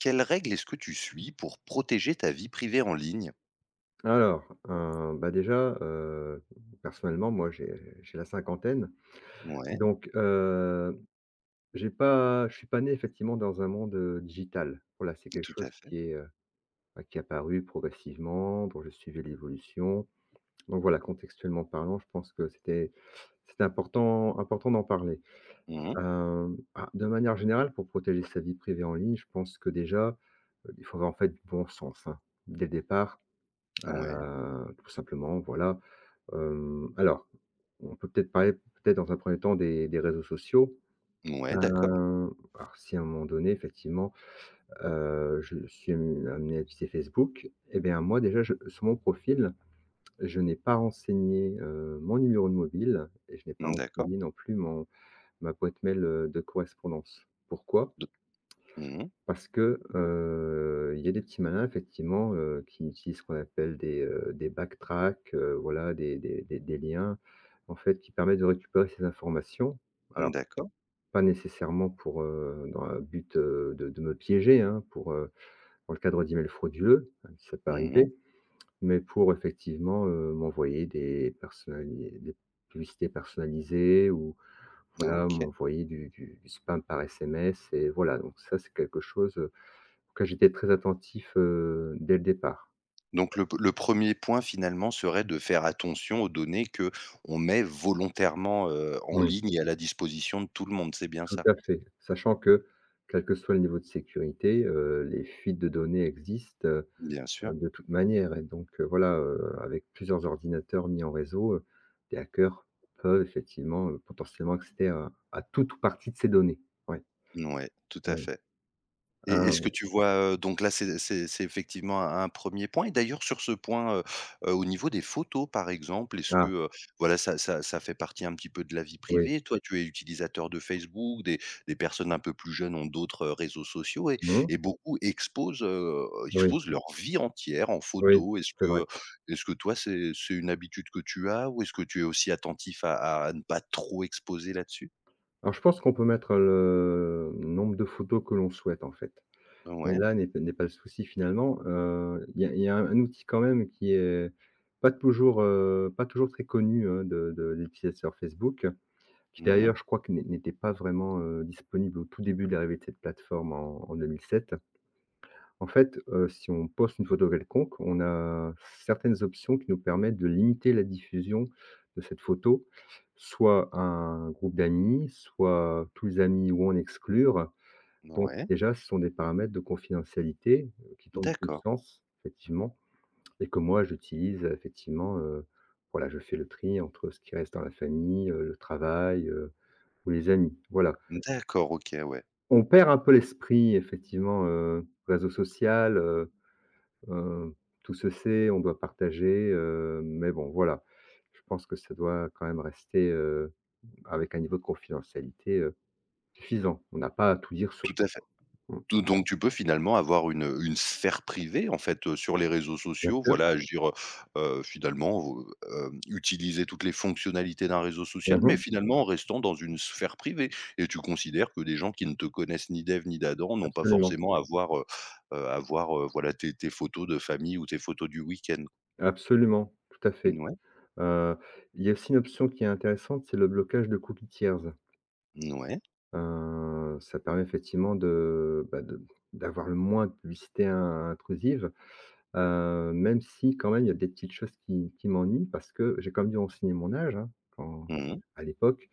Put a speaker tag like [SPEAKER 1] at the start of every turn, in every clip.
[SPEAKER 1] Quelles règles est-ce que tu suis pour protéger ta vie privée en ligne?
[SPEAKER 2] Alors, heu, bah, déjà, heu, personnellement, moi, j'ai la cinquantaine,
[SPEAKER 1] Ouais,
[SPEAKER 2] donc j'ai pas je suis pas né effectivement dans un monde, digital. Voilà, c'est quelque
[SPEAKER 1] tout
[SPEAKER 2] chose
[SPEAKER 1] à fait.
[SPEAKER 2] qui est, qui est apparu progressivement, dont je suivais l'évolution. Donc voilà, contextuellement parlant, je pense que c'était important d'en parler.
[SPEAKER 1] Mmh.
[SPEAKER 2] De manière générale, pour protéger sa vie privée en ligne, je pense que déjà, il faut avoir, en fait, du bon sens, hein, dès le départ,
[SPEAKER 1] Ouais,
[SPEAKER 2] tout simplement, voilà. Hem, alors, on peut peut-être parler, peut-être dans un premier temps des réseaux sociaux.
[SPEAKER 1] ouais, d'accord.
[SPEAKER 2] Hem, alors si à un moment donné effectivement, je suis am amené à utiliser Facebook. Eh bien moi déjà je sur mon profil, je n'ai pas renseigné, mon numéro de mobile et je n'ai pas
[SPEAKER 1] Mmh, d'accord.
[SPEAKER 2] renseigné non plus mon ma boîte mail, de correspondance. Pourquoi?
[SPEAKER 1] De mmh
[SPEAKER 2] Parce que, il y a des petits malins effectivement, qui utilisent ce qu'on appelle des backtracks, voilà des liens, en fait, qui permettent de récupérer ces informations. Alors
[SPEAKER 1] D'accord.
[SPEAKER 2] pas nécessairement pour, dans un but, de me piéger, hein, pour, dans le cadre d'emails frauduleux, même si ça peut
[SPEAKER 1] Mmh.
[SPEAKER 2] arriver, mais pour effectivement, m'envoyer des personnali des publicités personnalisées, ou voilà,
[SPEAKER 1] OK.
[SPEAKER 2] m'envoyer du spam par SMS et voilà, donc ça c'est quelque chose, que j'étais très attentif, dès le départ.
[SPEAKER 1] Donc le 1 point finalement serait de faire attention aux données que on met volontairement, en
[SPEAKER 2] Mmh.
[SPEAKER 1] ligne et à la disposition de tout le monde, c'est bien
[SPEAKER 2] Tout
[SPEAKER 1] ça?
[SPEAKER 2] à fait. Sachant que, quel que soit le niveau de sécurité, les fuites de données existent,
[SPEAKER 1] Bien sûr.
[SPEAKER 2] de toute manière, et donc voilà, avec plusieurs ordinateurs mis en réseau, des hackers peuvent effectivement, potentiellement accéder à toute ou partie de ces données. Ouais,
[SPEAKER 1] Ouais, tout à
[SPEAKER 2] oui.
[SPEAKER 1] fait. Et
[SPEAKER 2] Ah,
[SPEAKER 1] est-ce que tu vois, donc là, c'est effectivement un 1 point et d'ailleurs sur ce point, au niveau des photos, par exemple, est-ce que,
[SPEAKER 2] ah,
[SPEAKER 1] voilà, ça fait partie un petit peu de la vie
[SPEAKER 2] oui.
[SPEAKER 1] privée? Toi, tu es utilisateur de Facebook, des personnes un peu plus jeunes ont d'autres, réseaux sociaux et
[SPEAKER 2] Mmh.
[SPEAKER 1] et beaucoup exposent, heu,
[SPEAKER 2] Oui,
[SPEAKER 1] exposent leur vie entière en
[SPEAKER 2] oui,
[SPEAKER 1] photo. Est-ce
[SPEAKER 2] c'est vrai.
[SPEAKER 1] que, est-ce que toi, c'est une habitude que tu as ou est-ce que tu es aussi attentif à ne pas trop exposer là-dessus?
[SPEAKER 2] Alors je pense qu'on peut mettre le nombre de photos que l'on souhaite, en fait. Mais
[SPEAKER 1] Ouais.
[SPEAKER 2] là n'est pas le souci finalement, il y a un outil quand même qui est pas toujours, pas toujours très connu, hein, de des utilisateurs Facebook, qui
[SPEAKER 1] Mmh.
[SPEAKER 2] d'ailleurs je crois que n'était pas vraiment, disponible au tout début de l'arrivée de cette plateforme en 2007. En fait, si on poste une photo quelconque, on a certaines options qui nous permettent de limiter la diffusion de cette photo, soit à un groupe d'amis, soit tous les amis ou en exclure. Donc
[SPEAKER 1] Ouais.
[SPEAKER 2] déjà, ce sont des paramètres de confidentialité, qui tombent sous le
[SPEAKER 1] D'accord.
[SPEAKER 2] sens, effectivement, et que moi j'utilise, effectivement, voilà, je fais le tri entre ce qui reste dans la famille, le travail, ou les amis, voilà.
[SPEAKER 1] D'accord, OK, ouais.
[SPEAKER 2] On perd un peu l'esprit effectivement, réseau social, heu, tout se sait, on doit partager, mais bon, voilà. Je pense que ça doit quand même rester, avec un niveau de confidentialité, suffisant. On n'a pas à tout dire sur
[SPEAKER 1] Tout à fait.
[SPEAKER 2] tout. Mmh.
[SPEAKER 1] Tout donc tu peux finalement avoir une sphère privée, en fait, sur les réseaux
[SPEAKER 2] Bien
[SPEAKER 1] sociaux,
[SPEAKER 2] sûr.
[SPEAKER 1] voilà, agir, finalement, utiliser toutes les fonctionnalités d'un réseau social, mais
[SPEAKER 2] Mmh.
[SPEAKER 1] finalement en restant dans une sphère privée et tu considères que des gens qui ne te connaissent ni d'Ève ni d'Adam n'ont pas
[SPEAKER 2] Absolument.
[SPEAKER 1] forcément à voir, voilà, tes photos de famille ou tes photos du week-end.
[SPEAKER 2] Absolument, tout à fait.
[SPEAKER 1] Ouais,
[SPEAKER 2] Heu, il y a aussi une option qui est intéressante, c'est le blocage de cookie tiers.
[SPEAKER 1] ouais,
[SPEAKER 2] Ça permet effectivement de, d'avoir le moins de publicité in intrusive, même si quand même il y a des petites choses qui m'ennuient parce que j'ai quand même dû renseigner mon âge, hein, quand
[SPEAKER 1] mmh.
[SPEAKER 2] à l'époque,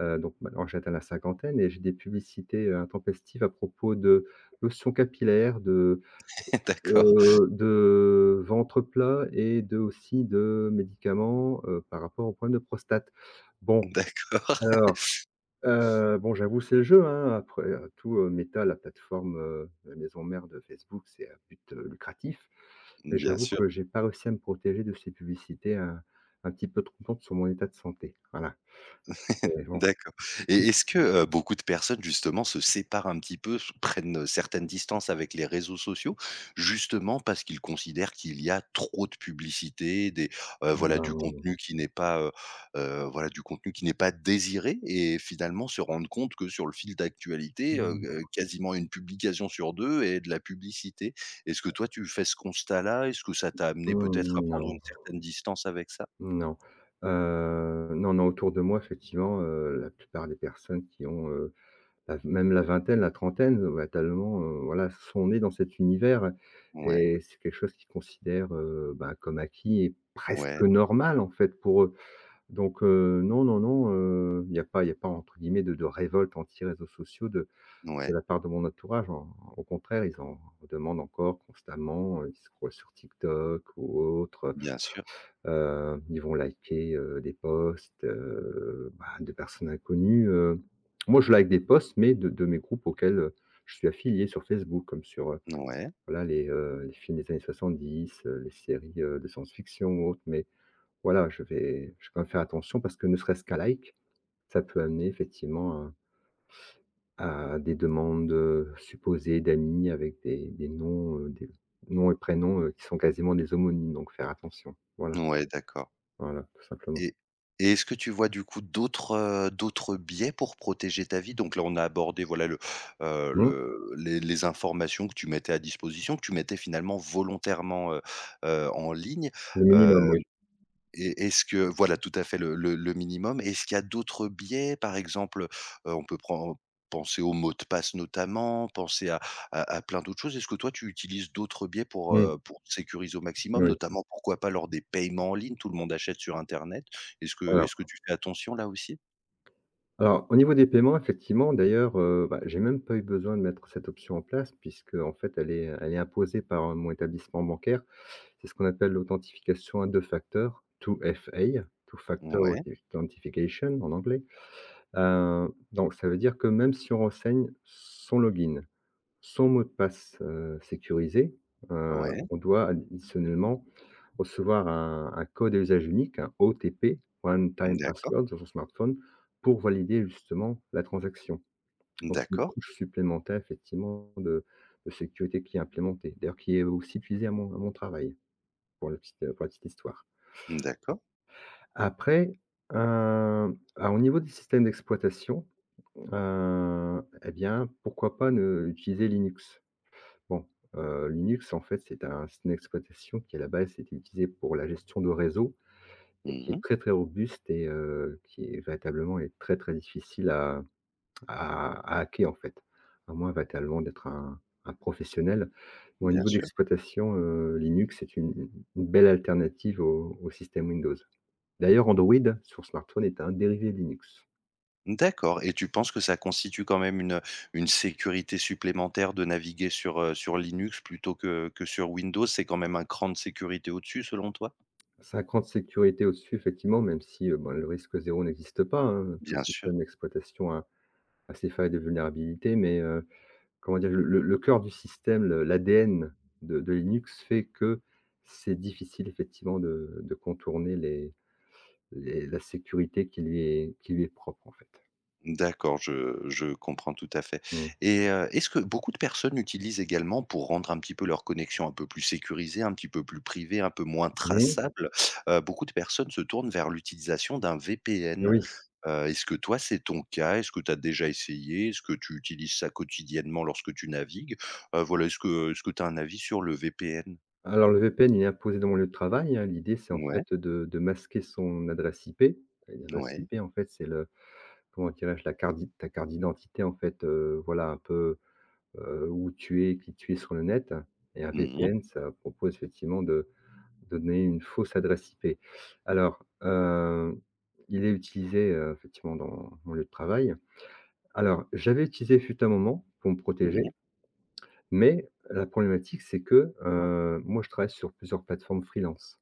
[SPEAKER 2] donc maintenant j'atteins la cinquantaine et j'ai des publicités, intempestives à propos de lotions capillaires,
[SPEAKER 1] D'accord,
[SPEAKER 2] De ventre plat et de aussi de médicaments, par rapport aux problèmes de prostate. Bon,
[SPEAKER 1] d'accord.
[SPEAKER 2] alors, bon j'avoue c'est le jeu, hein, après, Meta, la plateforme, la maison mère de Facebook, c'est à but, lucratif. Mais
[SPEAKER 1] Bien
[SPEAKER 2] j'avoue
[SPEAKER 1] sûr.
[SPEAKER 2] que j'ai pas réussi à me protéger de ces publicités un petit peu trompantes sur mon état de santé. Voilà. Et bon,
[SPEAKER 1] D'accord et est-ce que, beaucoup de personnes justement se séparent un petit peu, se prennent, certaines distances avec les réseaux sociaux, justement parce qu'ils considèrent qu'il y a trop de publicité,
[SPEAKER 2] non,
[SPEAKER 1] voilà, du
[SPEAKER 2] non,
[SPEAKER 1] contenu qui n'est pas, voilà, du contenu qui n'est pas désiré et finalement se rendent compte que sur le fil d'actualité,
[SPEAKER 2] non,
[SPEAKER 1] quasiment une publication sur 2 est de la publicité. Est-ce que toi tu fais ce constat-là? Est-ce que ça t'a amené peut-être à prendre une certaine distance avec ça?
[SPEAKER 2] non. Non, non, autour de moi effectivement, la plupart des personnes qui ont, la vingtaine, la trentaine, bah, tellement, voilà, sont nés dans cet univers
[SPEAKER 1] Ouais,
[SPEAKER 2] et c'est quelque chose qu'ils considèrent, comme acquis et presque
[SPEAKER 1] ouais,
[SPEAKER 2] normal, en fait, pour eux. Donc non, non, non, il y a pas, entre guillemets, de «révolte anti-réseaux sociaux» de
[SPEAKER 1] ouais,
[SPEAKER 2] la part de mon entourage. En au contraire, ils en demandent encore constamment, ils scrollent sur TikTok ou autre.
[SPEAKER 1] bien sûr,
[SPEAKER 2] Ils vont liker, des posts, de personnes inconnues, Moi, je like des posts, mais de mes groupes auxquels, je suis affilié sur Facebook, comme sur,
[SPEAKER 1] ouais.
[SPEAKER 2] voilà les films des années 70, les séries, de science-fiction ou autres. Mais voilà, je vais quand même faire attention parce que ne serait-ce qu'un like, ça peut amener effectivement à des demandes, supposées d'amis avec des noms, des noms et prénoms, qui sont quasiment des homonymes, donc faire attention. Voilà,
[SPEAKER 1] Ouais, d'accord
[SPEAKER 2] voilà, tout simplement.
[SPEAKER 1] et et est-ce que tu vois du coup d'autres, d'autres biais pour protéger ta vie? Donc là, on a abordé voilà
[SPEAKER 2] Mmh.
[SPEAKER 1] le les informations que tu mettais à disposition, que tu mettais finalement volontairement, en ligne,
[SPEAKER 2] Le minimum, oui.
[SPEAKER 1] et est-ce que voilà, tout à fait le minimum. Est-ce qu'il y a d'autres biais? Par exemple, on peut pren penser aux mots de passe notamment, penser à plein d'autres choses. Est-ce que toi, tu utilises d'autres biais pour,
[SPEAKER 2] Mmh,
[SPEAKER 1] heu, pour sécuriser au maximum,
[SPEAKER 2] oui.
[SPEAKER 1] notamment, pourquoi pas lors des paiements en ligne? Tout le monde achète sur internet. Est-ce que
[SPEAKER 2] Alors
[SPEAKER 1] est-ce que tu fais attention là aussi?
[SPEAKER 2] alors au niveau des paiements, effectivement, d'ailleurs, j'ai même pas eu besoin de mettre cette option en place puisqu'en fait elle est imposée par mon établissement bancaire. C'est ce qu'on appelle l'authentification à 2 facteurs, two factor
[SPEAKER 1] Ouais,
[SPEAKER 2] authentification en anglais). Heu, donc ça veut dire que même si on renseigne son login, son mot de passe, sécurisé, heu,
[SPEAKER 1] ouais.
[SPEAKER 2] on doit additionnellement recevoir un code à usage unique, un OTP, One Time
[SPEAKER 1] D'accord,
[SPEAKER 2] Password, sur son smartphone pour valider justement la transaction. Donc c'est une
[SPEAKER 1] d'accord,
[SPEAKER 2] couche supplémentaire effectivement de sécurité qui est implémentée, d'ailleurs qui est aussi utilisée à mon travail pour la petite histoire.
[SPEAKER 1] d'accord.
[SPEAKER 2] Après, hem, alors au niveau des systèmes d'exploitation, et bien pourquoi pas ne utiliser Linux? Bon, Linux en fait c'est un système d'exploitation qui à la base était utilisé pour la gestion de réseau. Et qui est
[SPEAKER 1] Mmh.
[SPEAKER 2] très, très robuste et qui est très, très difficile à à hacker, en fait. À moins véritablement d'être un professionnel. Mais au
[SPEAKER 1] Bien
[SPEAKER 2] niveau
[SPEAKER 1] sûr.
[SPEAKER 2] d'exploitation, Linux, c'est une belle alternative au système Windows. D'ailleurs, Android sur smartphone est un dérivé de Linux.
[SPEAKER 1] D'accord et tu penses que ça constitue quand même une sécurité supplémentaire de naviguer sur Linux plutôt que sur Windows? C'est quand même un cran de sécurité au-dessus selon toi?
[SPEAKER 2] 5 ans de sécurité au-dessus, effectivement, même si, ben, le risque zéro n'existe pas, hein. Tout
[SPEAKER 1] Bien sûr.
[SPEAKER 2] système d'exploitation a ses failles de vulnérabilité, mais comment dire? Le cœur du système, le l'ADN de Linux fait que c'est difficile effectivement de contourner les la sécurité qui lui est propre, en fait.
[SPEAKER 1] D'accord, je comprends tout à fait
[SPEAKER 2] Mmh.
[SPEAKER 1] et est-ce que beaucoup de personnes utilisent également pour rendre un petit peu leur connexion un peu plus sécurisée, un petit peu plus privée, un peu moins
[SPEAKER 2] Mmh.
[SPEAKER 1] traçable, beaucoup de personnes se tournent vers l'utilisation d'un VPN.
[SPEAKER 2] Oui.
[SPEAKER 1] Est-ce que toi, c'est ton cas? Est-ce que tu as déjà essayé? Est-ce que tu utilises ça quotidiennement lorsque tu navigues? Voilà, est-ce que tu as un avis sur le VPN?
[SPEAKER 2] Alors le VPN, il est imposé dans mon lieu de travail, hein. L'idée, c'est en
[SPEAKER 1] Ouais,
[SPEAKER 2] fait de masquer son adresse IP. Une adresse
[SPEAKER 1] ouais.
[SPEAKER 2] IP, en fait, c'est le comment dirais-je? La carte d'i ta carte d'identité, en fait, voilà un peu, où tu es, qui tu es sur le net, et un
[SPEAKER 1] Mmh mh.
[SPEAKER 2] VPN, ça propose effectivement de donner une fausse adresse IP. Alors, il est utilisé, effectivement dans mon lieu de travail. Alors, j'avais utilisé fut un moment pour me protéger,
[SPEAKER 1] Mmh.
[SPEAKER 2] mais la problématique, c'est que, moi, je travaille sur plusieurs plateformes freelance.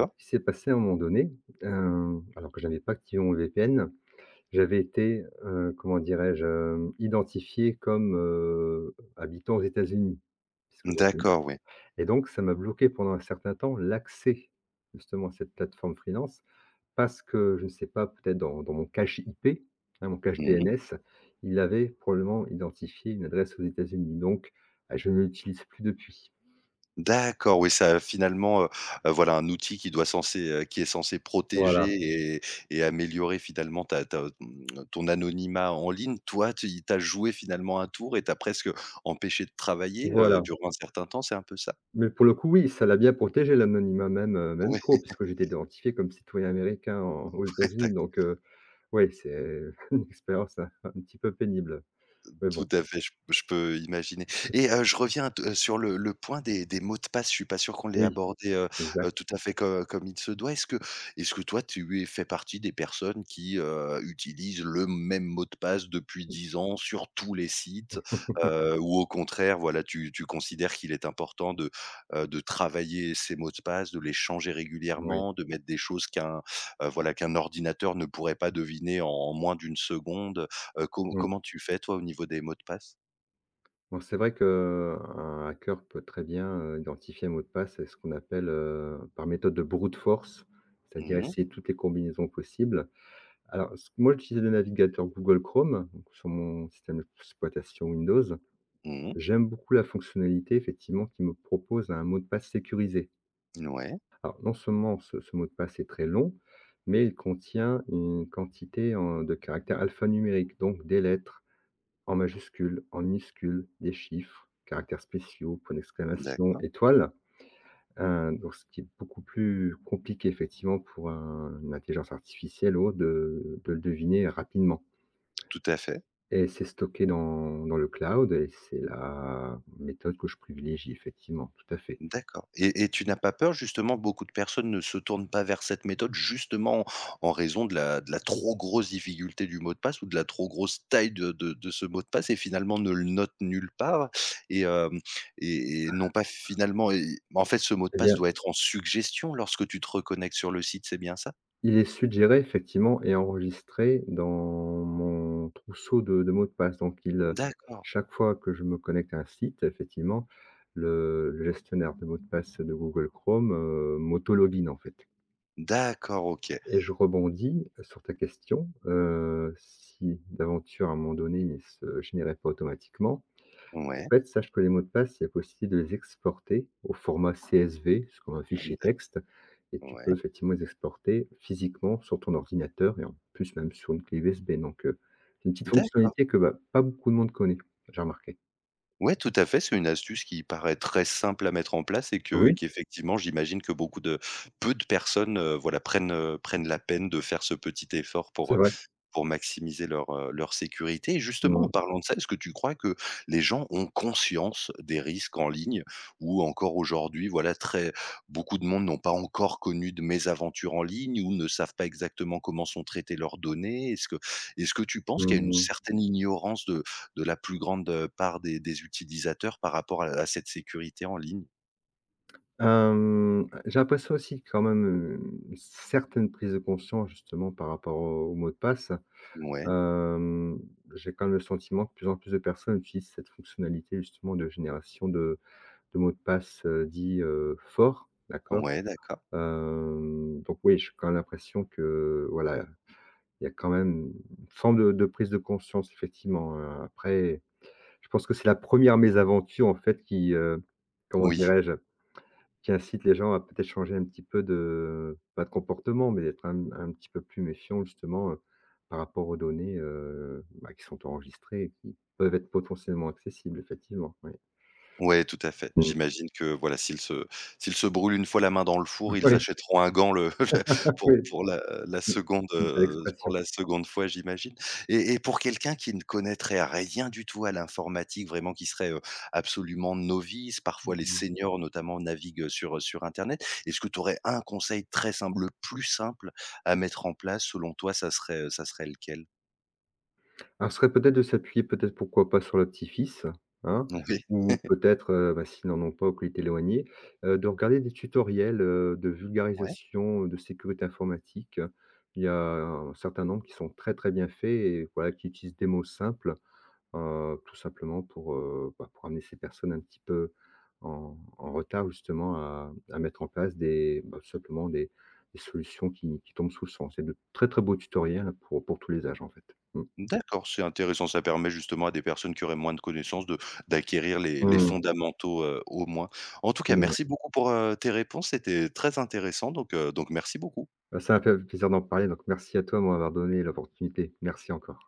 [SPEAKER 2] Et ce qui s'est passé à un moment donné, alors que je n'avais pas activé mon VPN, j'avais été, comment dirais-je? Identifié comme, habitant aux États-Unis puisque j'avais.
[SPEAKER 1] D'accord, oui.
[SPEAKER 2] Et donc ça m'a bloqué pendant un certain temps l'accès justement à cette plateforme freelance parce que je ne sais pas, peut-être dans mon cache IP, hein, mon cache
[SPEAKER 1] Mmh.
[SPEAKER 2] DNS, il avait probablement identifié une adresse aux États-Unis donc, bah, je ne l'utilise plus depuis.
[SPEAKER 1] D'accord, oui, ça finalement, voilà un outil qui est censé
[SPEAKER 2] Voilà,
[SPEAKER 1] protéger et améliorer finalement ta ta mmh, ton anonymat en ligne. Toi, tu as joué finalement un tour et t'as presque empêché de travailler,
[SPEAKER 2] voilà.
[SPEAKER 1] durant un certain temps, c'est un peu ça?
[SPEAKER 2] Mais pour le coup, oui, ça l'a bien protégé l'anonymat, même, même
[SPEAKER 1] Ouais,
[SPEAKER 2] trop puisque j'étais identifié comme citoyen américain en aux États-Unis donc, ouais, c'est une expérience un petit peu pénible. Mais bon,
[SPEAKER 1] Tout à fait, je peux imaginer et je reviens t sur le point des mots de passe, je suis pas sûr qu'on l'ait
[SPEAKER 2] oui,
[SPEAKER 1] abordé,
[SPEAKER 2] exact,
[SPEAKER 1] tout à fait co comme il se doit. Est-ce que toi, tu es fais partie des personnes qui, utilisent le même mot de passe depuis 10 ans sur tous les sites? Ou au contraire, voilà, tu considères qu'il est important de travailler ces mots de passe, de les changer
[SPEAKER 2] oui.
[SPEAKER 1] régulièrement, de mettre des choses voilà, qu'un ordinateur ne pourrait pas deviner en moins d'une seconde? Heu, com
[SPEAKER 2] Mmh.
[SPEAKER 1] comment tu fais toi au niveau des mots de passe?
[SPEAKER 2] Bon, c'est vrai qu'un hacker peut très bien, identifier un mot de passe. C'est ce qu'on appelle, par méthode de brute force,
[SPEAKER 1] Mmh
[SPEAKER 2] c'est-à-dire
[SPEAKER 1] mh.
[SPEAKER 2] essayer toutes les combinaisons possibles. Alors ce Moi, j'utilise le navigateur Google Chrome, donc sur mon système d'exploitation Windows.
[SPEAKER 1] Mmh.
[SPEAKER 2] J'aime beaucoup la fonctionnalité effectivement qui me propose un mot de passe sécurisé.
[SPEAKER 1] Ouais,
[SPEAKER 2] Alors non seulement ce mot de passe est très long, mais il contient une quantité en de caractères alphanumériques, donc des lettres. En majuscules, en minuscules, des chiffres, caractères spéciaux, points d'exclamation,
[SPEAKER 1] d'accord.
[SPEAKER 2] étoiles, donc ce qui est beaucoup plus compliqué effectivement pour un une intelligence artificielle ou autre de le deviner rapidement,
[SPEAKER 1] Tout à fait.
[SPEAKER 2] et c'est stocké dans le cloud, et c'est la méthode que je privilégie effectivement, tout à fait.
[SPEAKER 1] D'accord et tu n'as pas peur justement, beaucoup de personnes ne se tournent pas vers cette méthode justement en raison de la trop grosse difficulté du mot de passe ou de la trop grosse taille de ce mot de passe et finalement ne le notent nulle part et hem et n'ont pas finalement et en fait ce mot de
[SPEAKER 2] Eh
[SPEAKER 1] passe
[SPEAKER 2] bien,
[SPEAKER 1] doit être en suggestion lorsque tu te reconnectes sur le site, c'est bien ça?
[SPEAKER 2] il est suggéré effectivement et enregistré dans mon trousseau de mots de passe. Donc il,
[SPEAKER 1] D'accord,
[SPEAKER 2] chaque fois que je me connecte à un site, effectivement, le gestionnaire de mots de passe de Google Chrome, m'auto-login, en fait.
[SPEAKER 1] d'accord, OK.
[SPEAKER 2] Et je rebondis sur ta question, si d'aventure à un moment donné, il se générait pas automatiquement, en
[SPEAKER 1] Ouais,
[SPEAKER 2] fait, sache que les mots de passe, il est possible de les exporter au format CSV, c'est comme un fichier
[SPEAKER 1] d'ac
[SPEAKER 2] texte, et tu
[SPEAKER 1] ouais,
[SPEAKER 2] peux effectivement les exporter physiquement sur ton ordinateur et en plus même sur une clé USB. Donc, c'est une petite
[SPEAKER 1] d'accord.
[SPEAKER 2] fonctionnalité que, bah, pas beaucoup de monde connaît, j'ai remarqué.
[SPEAKER 1] Ouais, tout à fait, c'est une astuce qui paraît très simple à mettre en place et que
[SPEAKER 2] Oui,
[SPEAKER 1] qu'effectivement, j'imagine que beaucoup de peu de personnes, voilà, prennent la peine de faire ce petit effort pour,
[SPEAKER 2] c'est
[SPEAKER 1] euh,
[SPEAKER 2] vrai.
[SPEAKER 1] pour maximiser leur sécurité et justement en
[SPEAKER 2] Mmh,
[SPEAKER 1] parlant de ça, est-ce que tu crois que les gens ont conscience des risques en ligne? Ou encore aujourd'hui, voilà, très beaucoup de monde n'ont pas encore connu de mésaventures en ligne ou ne savent pas exactement comment sont traitées leurs données? Est-ce que tu penses
[SPEAKER 2] mmh,
[SPEAKER 1] qu'il y a une
[SPEAKER 2] mmh.
[SPEAKER 1] certaine ignorance de la plus grande, part des utilisateurs par rapport à cette sécurité en ligne?
[SPEAKER 2] J'ai l'impression aussi quand même, une certaine prise de conscience justement par rapport aux mots de passe.
[SPEAKER 1] Ouais,
[SPEAKER 2] Hem, j'ai quand même le sentiment que de plus en plus de personnes utilisent cette fonctionnalité justement de génération de mots de passe, dits, forts, d'accord?
[SPEAKER 1] ouais, d'accord.
[SPEAKER 2] Donc oui, j'ai quand même l'impression que, voilà, il y a quand même une forme de prise de conscience, effectivement, après, je pense que c'est la première mésaventure, en fait, qui, comment
[SPEAKER 1] Oui.
[SPEAKER 2] dirais-je? Qui incite les gens à peut-être changer un petit peu de pas de comportement, mais d'être un petit peu plus méfiant justement, par rapport aux données, qui sont enregistrées et qui peuvent être potentiellement accessibles, effectivement, oui.
[SPEAKER 1] Ouais, tout à fait.
[SPEAKER 2] Mmh.
[SPEAKER 1] J'imagine que voilà, s'ils se brûlent une fois la main dans le four, ils
[SPEAKER 2] Oui,
[SPEAKER 1] achèteront un gant le le
[SPEAKER 2] oui, mmh, j'aime bien
[SPEAKER 1] pour
[SPEAKER 2] l'expression.
[SPEAKER 1] la seconde fois, j'imagine et pour quelqu'un qui ne connaîtrait rien du tout à l'informatique, vraiment qui serait, absolument novice, parfois les
[SPEAKER 2] Mmh.
[SPEAKER 1] seniors notamment naviguent sur internet. Est-ce que tu aurais un conseil très simple, le plus simple à mettre en place selon toi, ça serait lequel?
[SPEAKER 2] Alors, ce serait peut-être de s'appuyer, peut-être, pourquoi pas, sur le petit-fils, hein?
[SPEAKER 1] Oui,
[SPEAKER 2] Ou peut-être, s'ils n'en ont pas ou qu'il est éloigné, de regarder des tutoriels, de
[SPEAKER 1] ouais.
[SPEAKER 2] vulgarisation, de sécurité informatique. Il y a un certain nombre qui sont très, très bien faits et voilà, qui utilisent des mots simples, tout simplement pour, pour amener ces personnes un petit peu en retard, justement, à mettre en place des, tout simplement des solutions qui tombent sous le sens. C'est de très, très beaux tutoriels pour tous les âges, en fait. Mmh.
[SPEAKER 1] D'accord, c'est intéressant, ça permet justement à des personnes qui auraient moins de connaissances de d'acquérir les
[SPEAKER 2] Mmh,
[SPEAKER 1] fondamentaux, au moins. En tout cas,
[SPEAKER 2] absolument.
[SPEAKER 1] merci beaucoup pour tes réponses, c'était très intéressant donc merci beaucoup.
[SPEAKER 2] Bah, ça m'a fait plaisir d'en parler, donc merci à toi de m'avoir donné l'opportunité. Merci encore.